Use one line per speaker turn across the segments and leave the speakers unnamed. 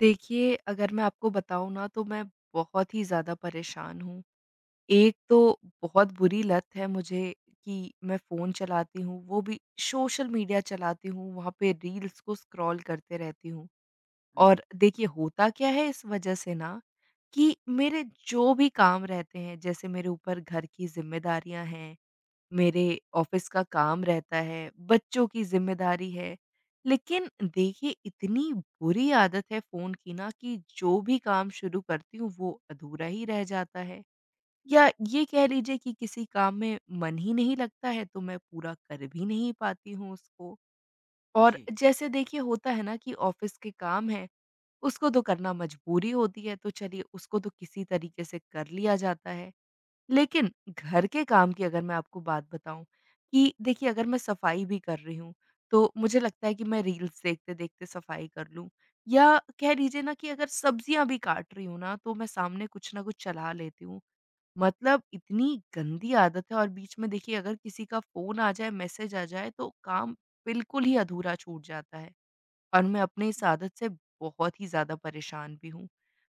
देखिए, अगर मैं आपको बताऊँ ना तो मैं बहुत ही ज़्यादा परेशान हूँ। एक तो बहुत बुरी लत है मुझे कि मैं फ़ोन चलाती हूँ, वो भी सोशल मीडिया चलाती हूँ, वहाँ पे रील्स को स्क्रॉल करते रहती हूँ।
हुँ।
और देखिए होता क्या है इस वज़ह से ना कि मेरे जो भी काम रहते हैं, जैसे मेरे ऊपर घर की ज़िम्मेदारियाँ हैं, मेरे ऑफिस का काम रहता है, बच्चों की ज़िम्मेदारी है। लेकिन देखिए इतनी बुरी आदत है फ़ोन की ना कि जो भी काम शुरू करती हूँ वो अधूरा ही रह जाता है। या ये कह लीजिए कि किसी काम में मन ही नहीं लगता है, तो मैं पूरा कर भी नहीं पाती हूँ उसको। और
जी।
जैसे देखिए होता है ना कि ऑफिस के काम हैं, उसको तो करना मजबूरी होती है, तो चलिए उसको तो किसी तरीके से कर लिया जाता है। लेकिन घर के काम की अगर मैं आपको बात बताऊँ कि देखिए, अगर मैं सफाई भी कर रही हूँ, तो मुझे लगता है कि मैं रील्स देखते-देखते सफाई कर लूँ, या कह लीजिए ना कि अगर सब्जियाँ भी काट रही हूँ ना, तो मैं सामने कुछ ना कुछ चला लेती हूँ। मतलब इतनी गंदी आदत है, और बीच में देखिए अगर किसी का फ़ोन आ जाए, मैसेज आ जाए, तो काम बिल्कुल ही अधूरा छूट जाता है, और मैं अपने इस आदत से बहुत ही ज़्यादा परेशान भी हूँ।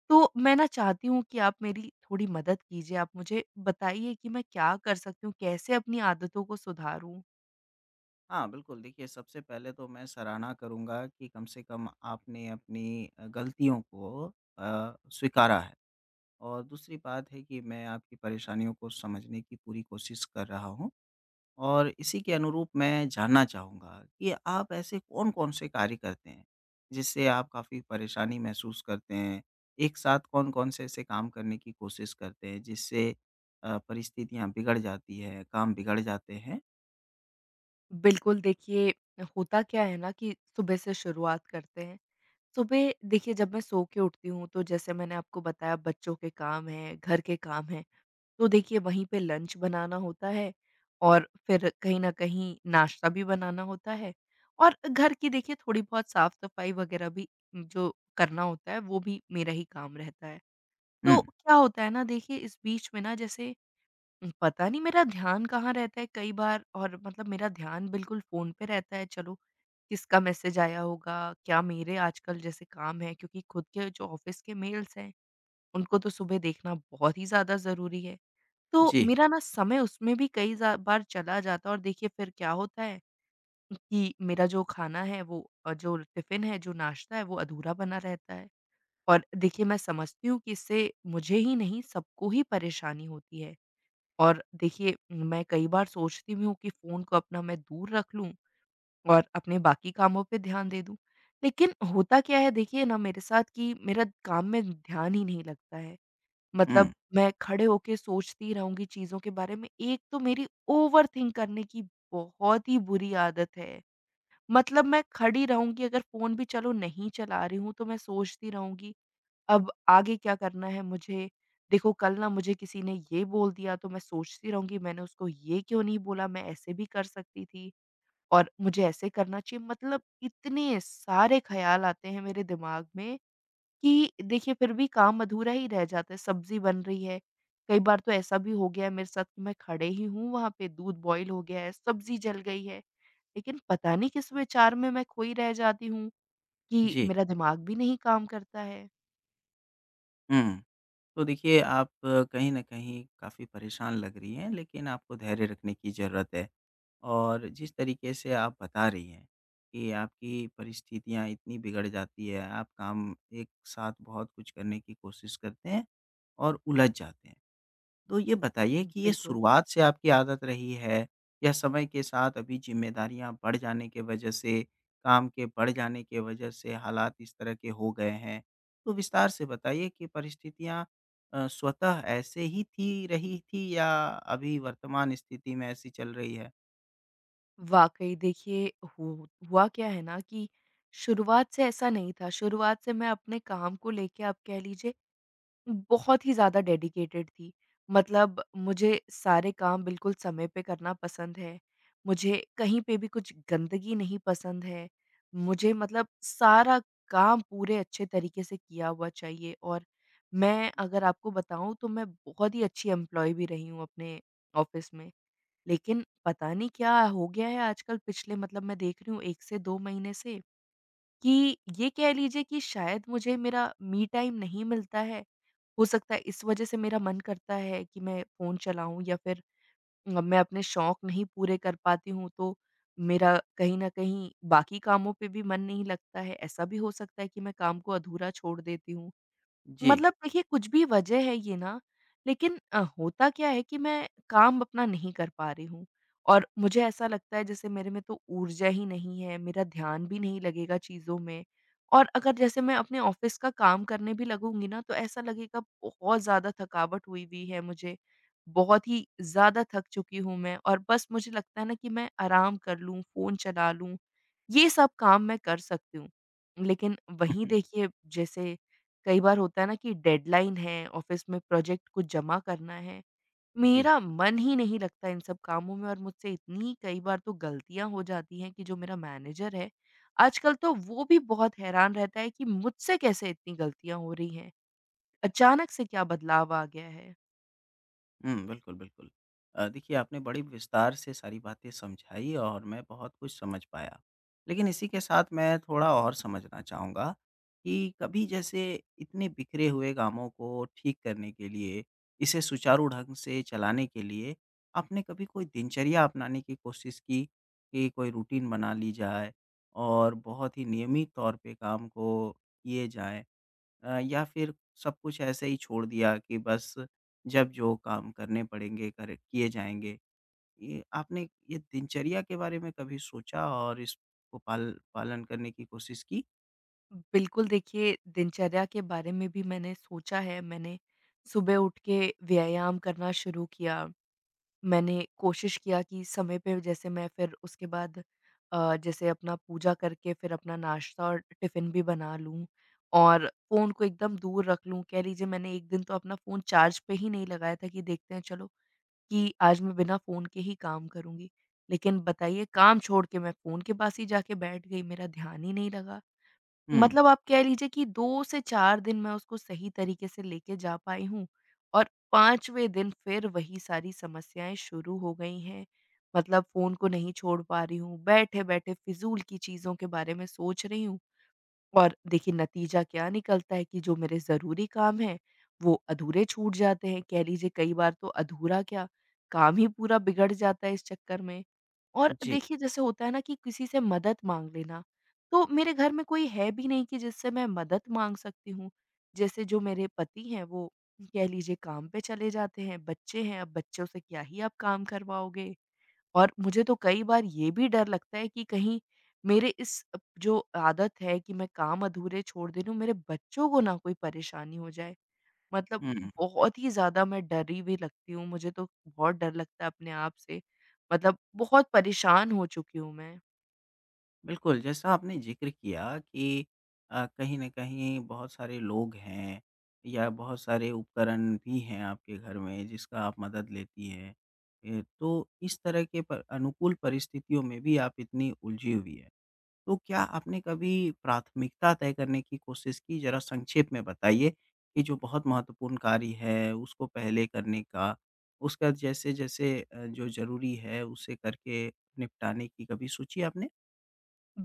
तो मैं ना चाहती हूँ कि आप मेरी थोड़ी मदद कीजिए, आप मुझे बताइए कि मैं क्या कर सकती हूँ? कैसे अपनी आदतों को सुधारूँ?
हाँ, बिल्कुल देखिए, सबसे पहले तो मैं सराहना करूँगा कि कम से कम आपने अपनी गलतियों को स्वीकारा है। और दूसरी बात है कि मैं आपकी परेशानियों को समझने की पूरी कोशिश कर रहा हूँ। और इसी के अनुरूप मैं जानना चाहूँगा कि आप ऐसे कौन-कौन से कार्य करते हैं, जिससे आप काफ़ी परेशानी महसूस करते हैं? एक साथ कौन-कौन से ऐसे काम करने की कोशिश करते हैं जिससे परिस्थितियाँ बिगड़ जाती हैं, काम बिगड़ जाते हैं?
बिल्कुल, देखिए होता क्या है ना कि सुबह से शुरुआत करते हैं। सुबह देखिए जब मैं सो के उठती हूँ, तो जैसे मैंने आपको बताया, बच्चों के काम हैं, घर के काम हैं, तो देखिए वहीं पे लंच बनाना होता है, और फिर कहीं न कहीं नाश्ता भी बनाना होता है, और घर की देखिए थोड़ी बहुत साफ-सफाई वगैरह भी जो करना होता है वो भी मेरा ही काम रहता है।
हुँ।
तो क्या होता है ना देखिए, इस बीच में ना जैसे पता नहीं मेरा ध्यान कहाँ रहता है कई बार, और मतलब मेरा ध्यान बिल्कुल फ़ोन पे रहता है। चलो, किसका मैसेज आया होगा, क्या मेरे आजकल जैसे काम है, क्योंकि खुद के जो ऑफ़िस के मेल्स हैं, उनको तो सुबह देखना बहुत ही ज़्यादा ज़रूरी है। तो
जी।
मेरा ना समय उसमें भी कई ज़ा बार चला जाता है, और देखिए फिर क्या होता है कि मेरा जो खाना है वो, जो टिफ़िन है, जो नाश्ता है वो अधूरा बना रहता है। और देखिए मैं समझती हूँ कि इससे मुझे ही नहीं सबको ही परेशानी होती है, और देखिए मैं कई बार सोचती भी हूँ कि फ़ोन को अपना मैं दूर रख लूँ और अपने बाकी कामों पे ध्यान दे दूँ। लेकिन होता क्या है देखिए ना मेरे साथ, कि मेरा काम में ध्यान ही नहीं लगता है।
हुँ।
मतलब मैं खड़े होके सोचती रहूँगी चीज़ों के बारे में। एक तो मेरी ओवरथिंक करने की बहुत ही बुरी आदत है। मतलब मैं खड़ी रहूँगी, अगर फ़ोन भी चलो नहीं चला रही हूँ, तो मैं सोचती रहूँगी अब आगे क्या करना है मुझे? देखो कल ना मुझे किसी ने ये बोल दिया, तो मैं सोचती रहूँगी मैंने उसको ये क्यों नहीं बोला? मैं ऐसे भी कर सकती थी और मुझे ऐसे करना चाहिए। मतलब इतने सारे ख़्याल आते हैं मेरे दिमाग में कि देखिए फिर भी काम अधूरा ही रह जाता है। सब्ज़ी बन रही है, कई बार तो ऐसा भी हो गया है मेरे साथ कि मैं खड़े ही हूँ, वहाँ पे दूध बॉयल हो गया है, सब्ज़ी जल गई है। लेकिन पता नहीं किस विचार में मैं खोई रह जाती हूँ कि
जी।
मेरा दिमाग भी नहीं काम करता है।
हुँ, तो देखिए आप कहीं न कहीं काफ़ी परेशान लग रही हैं, लेकिन आपको धैर्य रखने की ज़रूरत है। और जिस तरीके से आप बता रही हैं कि आपकी परिस्थितियाँ इतनी बिगड़ जाती है, आप काम एक साथ बहुत कुछ करने की कोशिश करते हैं और उलझ जाते हैं। तो ये बताइए कि ये
बिल्कुल।
शुरुआत से आपकी आदत रही है या समय के साथ अभी ज़िम्मेदारियाँ बढ़ जाने के वजह से, काम के बढ़ जाने के वजह से हालात इस तरह के हो गए हैं? तो विस्तार से बताइए कि परिस्थितियाँ स्वतः ऐसे ही थी रही थी या अभी वर्तमान स्थिति में ऐसी चल रही है?
वाक़ई देखिए, हु हुआ क्या है ना कि शुरुआत से ऐसा नहीं था, शुरुआत से मैं अपने काम को लेके आप कह लीजिए बहुत ही ज़्यादा डेडिकेटेड थी। मतलब मुझे सारे काम बिल्कुल समय पे करना पसंद है, मुझे कहीं पे भी कुछ गंदगी नहीं पसंद है, मुझे मतलब सारा काम पूरे अच्छे तरीके से किया हुआ चाहिए, और मैं अगर आपको बताऊँ तो मैं बहुत ही अच्छी एम्प्लॉयी भी रही हूँ अपने ऑफ़िस में। लेकिन पता नहीं क्या हो गया है आजकल, पिछले मतलब मैं देख रही हूँ 1 से 2 महीने से कि ये कह लीजिए कि शायद मुझे मेरा मी टाइम नहीं मिलता है। हो सकता है इस वज़ह से मेरा मन करता है कि मैं फ़ोन चलाऊँ, या फिर मैं अपने शौक नहीं पूरे कर पाती हूँ, तो मेरा कहीं न कहीं बाकी कामों पे भी मन नहीं लगता है। ऐसा भी हो सकता है कि मैं काम को अधूरा छोड़ देती हूँ।
जी।
मतलब देखिए कुछ भी वजह है ये ना, लेकिन होता क्या है कि मैं काम अपना नहीं कर पा रही हूँ, और मुझे ऐसा लगता है जैसे मेरे में तो ऊर्जा ही नहीं है, मेरा ध्यान भी नहीं लगेगा चीज़ों में, और अगर जैसे मैं अपने ऑफ़िस का काम करने भी लगूँगी ना, तो ऐसा लगेगा बहुत ज़्यादा थकावट हुई हुई है मुझे, बहुत ही ज़्यादा थक चुकी हूँ मैं, और बस मुझे लगता है ना कि मैं आराम कर लूँ, फ़ोन चला लूँ, ये सब काम मैं कर सकती हूँ। लेकिन वहीं देखिए, जैसे कई बार होता है ना कि डेडलाइन है, ऑफ़िस में प्रोजेक्ट कुछ जमा करना है।
जी।
मेरा मन ही नहीं लगता इन सब कामों में, और मुझसे इतनी कई बार तो गलतियाँ हो जाती हैं कि जो मेरा मैनेजर है, आजकल तो वो भी बहुत हैरान रहता है कि मुझसे कैसे इतनी गलतियाँ हो रही हैं? अचानक से क्या बदलाव आ गया है?
हुँ, बिल्कुल, बिल्कुल। देखिए आपने बड़ी विस्तार से सारी बातें समझाई और मैं बहुत कुछ समझ पाया। लेकिन इसी के साथ मैं थोड़ा और समझना चाहूँगा कि कभी जैसे इतने बिखरे हुए कामों को ठीक करने के लिए, इसे सुचारू ढंग से चलाने के लिए आपने कभी कोई दिनचर्या अपनाने की कोशिश की कि कोई रूटीन बना ली जाए और बहुत ही नियमित तौर पे काम को किए जाएँ? या फिर सब कुछ ऐसे ही छोड़ दिया कि बस जब जो काम करने पड़ेंगे कर किए जाएँगे? ये आपने ये दिनचर्या के बारे में कभी सोचा और इसको पालन करने की कोशिश की?
बिल्कुल देखिए, दिनचर्या के बारे में भी मैंने सोचा है, मैंने सुबह उठ के व्यायाम करना शुरू किया। मैंने कोशिश किया कि समय पे जैसे मैं फिर उसके बाद जैसे अपना पूजा करके फिर अपना नाश्ता और टिफ़िन भी बना लूँ और फ़ोन को एकदम दूर रख लूँ। कह लीजिए मैंने एक दिन तो अपना फ़ोन चार्ज पे ही नहीं लगाया था कि देखते हैं चलो कि आज मैं बिना फ़ोन के ही काम करूँगी। लेकिन बताइए, काम छोड़ के मैं फ़ोन के पास ही जाके बैठ गई, मेरा ध्यान ही नहीं लगा।
हुँ।
मतलब आप कह लीजिए कि 2 से 4 दिन मैं उसको सही तरीके से लेके जा पाई हूँ, और 5वें दिन फिर वही सारी समस्याएँ शुरू हो गई हैं। मतलब फ़ोन को नहीं छोड़ पा रही हूँ, बैठे-बैठे फ़िज़ूल की चीज़ों के बारे में सोच रही हूँ, और देखिए नतीजा क्या निकलता है कि जो मेरे ज़रूरी काम हैं, वो अधूरे छूट जाते हैं। कह लीजिए कई बार तो अधूरा क्या, काम ही पूरा बिगड़ जाता है इस चक्कर में। और
जी।
देखिए जैसे होता है ना कि किसी से मदद माँग लेना, तो मेरे घर में कोई है भी नहीं कि जिससे मैं मदद माँग सकती हूँ। जैसे जो मेरे पति हैं, वो कह लीजिए काम पे चले जाते हैं, बच्चे हैं, अब बच्चों से क्या ही आप काम करवाओगे। और मुझे तो कई बार ये भी डर लगता है कि कहीं मेरे इस अप जो आदत है कि मैं काम अधूरे छोड़ दे रही हूँ, मेरे बच्चों को ना कोई परेशानी हो जाए। मतलब
हुँ,
बहुत ही ज़्यादा मैं डरी हुई लगती हूँ, मुझे तो बहुत डर लगता है अपने आप से। मतलब बहुत परेशान हो चुकी हूँ मैं।
बिल्कुल, जैसा आपने ज़िक्र किया कि कहीं न कहीं बहुत सारे लोग हैं या बहुत सारे उपकरण भी हैं आपके घर में जिसका आप मदद लेती हैं। तो इस तरह के प अनुकूल परिस्थितियों में भी आप इतनी उलझी हुई हैं। तो क्या आपने कभी प्राथमिकता तय करने की कोशिश की? ज़रा संक्षेप में बताइए कि जो बहुत महत्वपूर्ण कार्य है, उसको पहले करने का, उसका जैसे-जैसे जो ज़रूरी है, उसे करके निपटाने की कभी सोची आपने?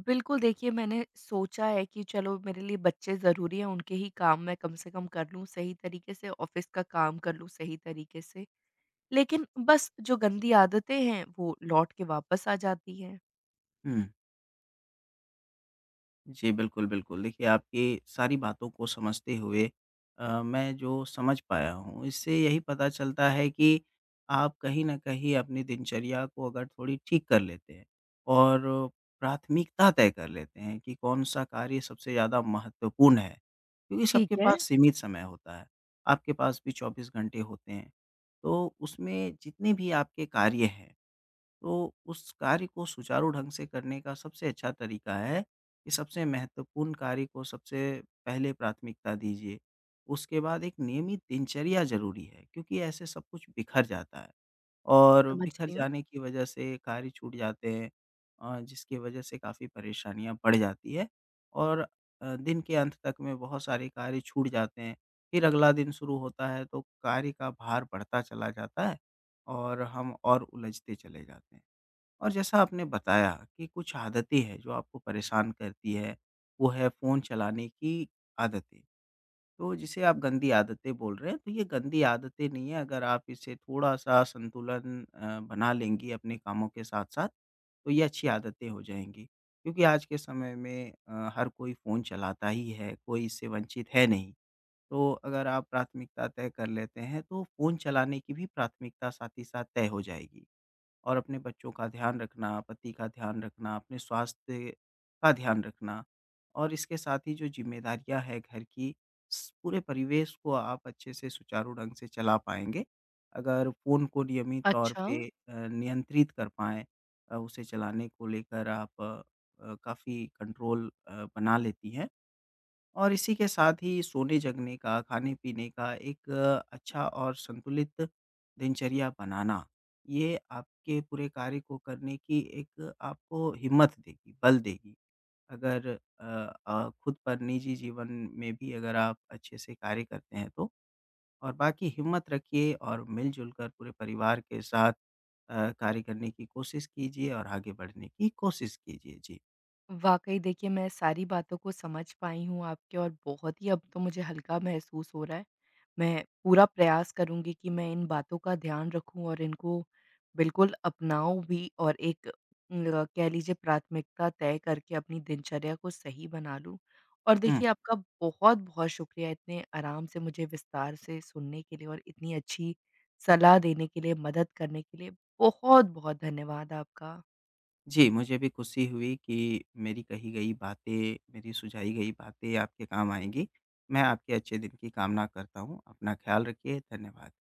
बिल्कुल, देखिए मैंने सोचा है कि चलो मेरे लिए बच्चे ज़रूरी हैं, उनके ही काम मैं कम से कम कर लूँ सही तरीके से, ऑफ़िस का काम कर लूँ सही तरीके से। लेकिन बस जो गंदी आदतें हैं, वो लौट के वापस आ जाती हैं।
हुँ। जी, बिल्कुल, बिल्कुल। देखिए, आपकी सारी बातों को समझते हुए मैं जो समझ पाया हूँ, इससे यही पता चलता है कि आप कहीं न कहीं अपनी दिनचर्या को अगर थोड़ी ठीक कर लेते हैं और प्राथमिकता तय कर लेते हैं कि कौन-सा कार्य सबसे ज़्यादा महत्वपूर्ण है, क्योंकि
ठीक
सबके
है,
पास सीमित समय होता है। आपके पास भी 24 घंटे होते हैं। तो उसमें जितने भी आपके कार्य हैं तो उस कार्य को सुचारू ढंग से करने का सबसे अच्छा तरीका है कि सबसे महत्वपूर्ण कार्य को सबसे पहले प्राथमिकता दीजिए। उसके बाद एक नियमित दिनचर्या ज़रूरी है क्योंकि ऐसे सब कुछ बिखर जाता है और
समझ
बिखर
रही हूँ।
जाने की वजह से कार्य छूट जाते हैं, जिसकी वजह से काफ़ी परेशानियाँ बढ़ जाती है और दिन के अंत तक में बहुत सारे कार्य छूट जाते हैं। फिर अगला दिन शुरू होता है तो कार्य का भार बढ़ता चला जाता है और हम और उलझते चले जाते हैं। और जैसा आपने बताया कि कुछ आदतें हैं जो आपको परेशान करती है, वो है फ़ोन चलाने की आदतें। तो जिसे आप गंदी आदतें बोल रहे हैं, तो ये गंदी आदतें नहीं है। अगर आप इसे थोड़ा-सा संतुलन बना लेंगी अपने कामों के साथ-साथ, तो ये अच्छी आदतें हो जाएँगी। क्योंकि आज के समय में हर कोई फ़ोन चलाता ही है, कोई इससे वंचित है नहीं। तो अगर आप प्राथमिकता तय कर लेते हैं, तो फ़ोन चलाने की भी प्राथमिकता साथ ही साथ तय हो जाएगी। और अपने बच्चों का ध्यान रखना, पति का ध्यान रखना, अपने स्वास्थ्य का ध्यान रखना और इसके साथ ही जो ज़िम्मेदारियाँ हैं घर की, स पूरे परिवेश को आप अच्छे से सुचारू ढंग से चला पाएँगे। अगर फ़ोन को नियमित तौर
अच्छा।
पे नियंत्रित कर पाएँ, उसे चलाने को लेकर आप काफ़ी कंट्रोल बना लेती हैं। और इसी के साथ ही सोने-जगने का, खाने-पीने का एक अच्छा और संतुलित दिनचर्या बनाना, ये आपके पूरे कार्य को करने की एक आपको हिम्मत देगी, बल देगी। अगर अ खुद पर निजी जीवन में भी अगर आप अच्छे से कार्य करते हैं तो। और बाकी हिम्मत रखिए और मिल-जुल कर पूरे परिवार के साथ कार्य करने की कोशिश कीजिए और आगे बढ़ने की कोशिश कीजिए। जी।
वाक़ई देखिए, मैं सारी बातों को समझ पाई हूँ आपके, और बहुत ही अब तो मुझे हल्का महसूस हो रहा है। मैं पूरा प्रयास करूँगी कि मैं इन बातों का ध्यान रखूँ और इनको बिल्कुल अपनाऊँ भी, और एक ल कह लीजिए प्राथमिकता तय करके अपनी दिनचर्या को सही बना लूँ। और
हुँ।
देखिए आपका बहुत-बहुत शुक्रिया इतने आराम से मुझे विस्तार से सुनने के लिए और इतनी अच्छी सलाह देने के लिए, मदद करने के लिए। बहुत-बहुत धन्यवाद आपका।
जी, मुझे भी खुशी हुई कि मेरी कही गई बातें, मेरी सुझाई गई बातें आपके काम आएँगी। मैं आपके अच्छे दिन की कामना करता हूँ। अपना ख़्याल रखिए, धन्यवाद।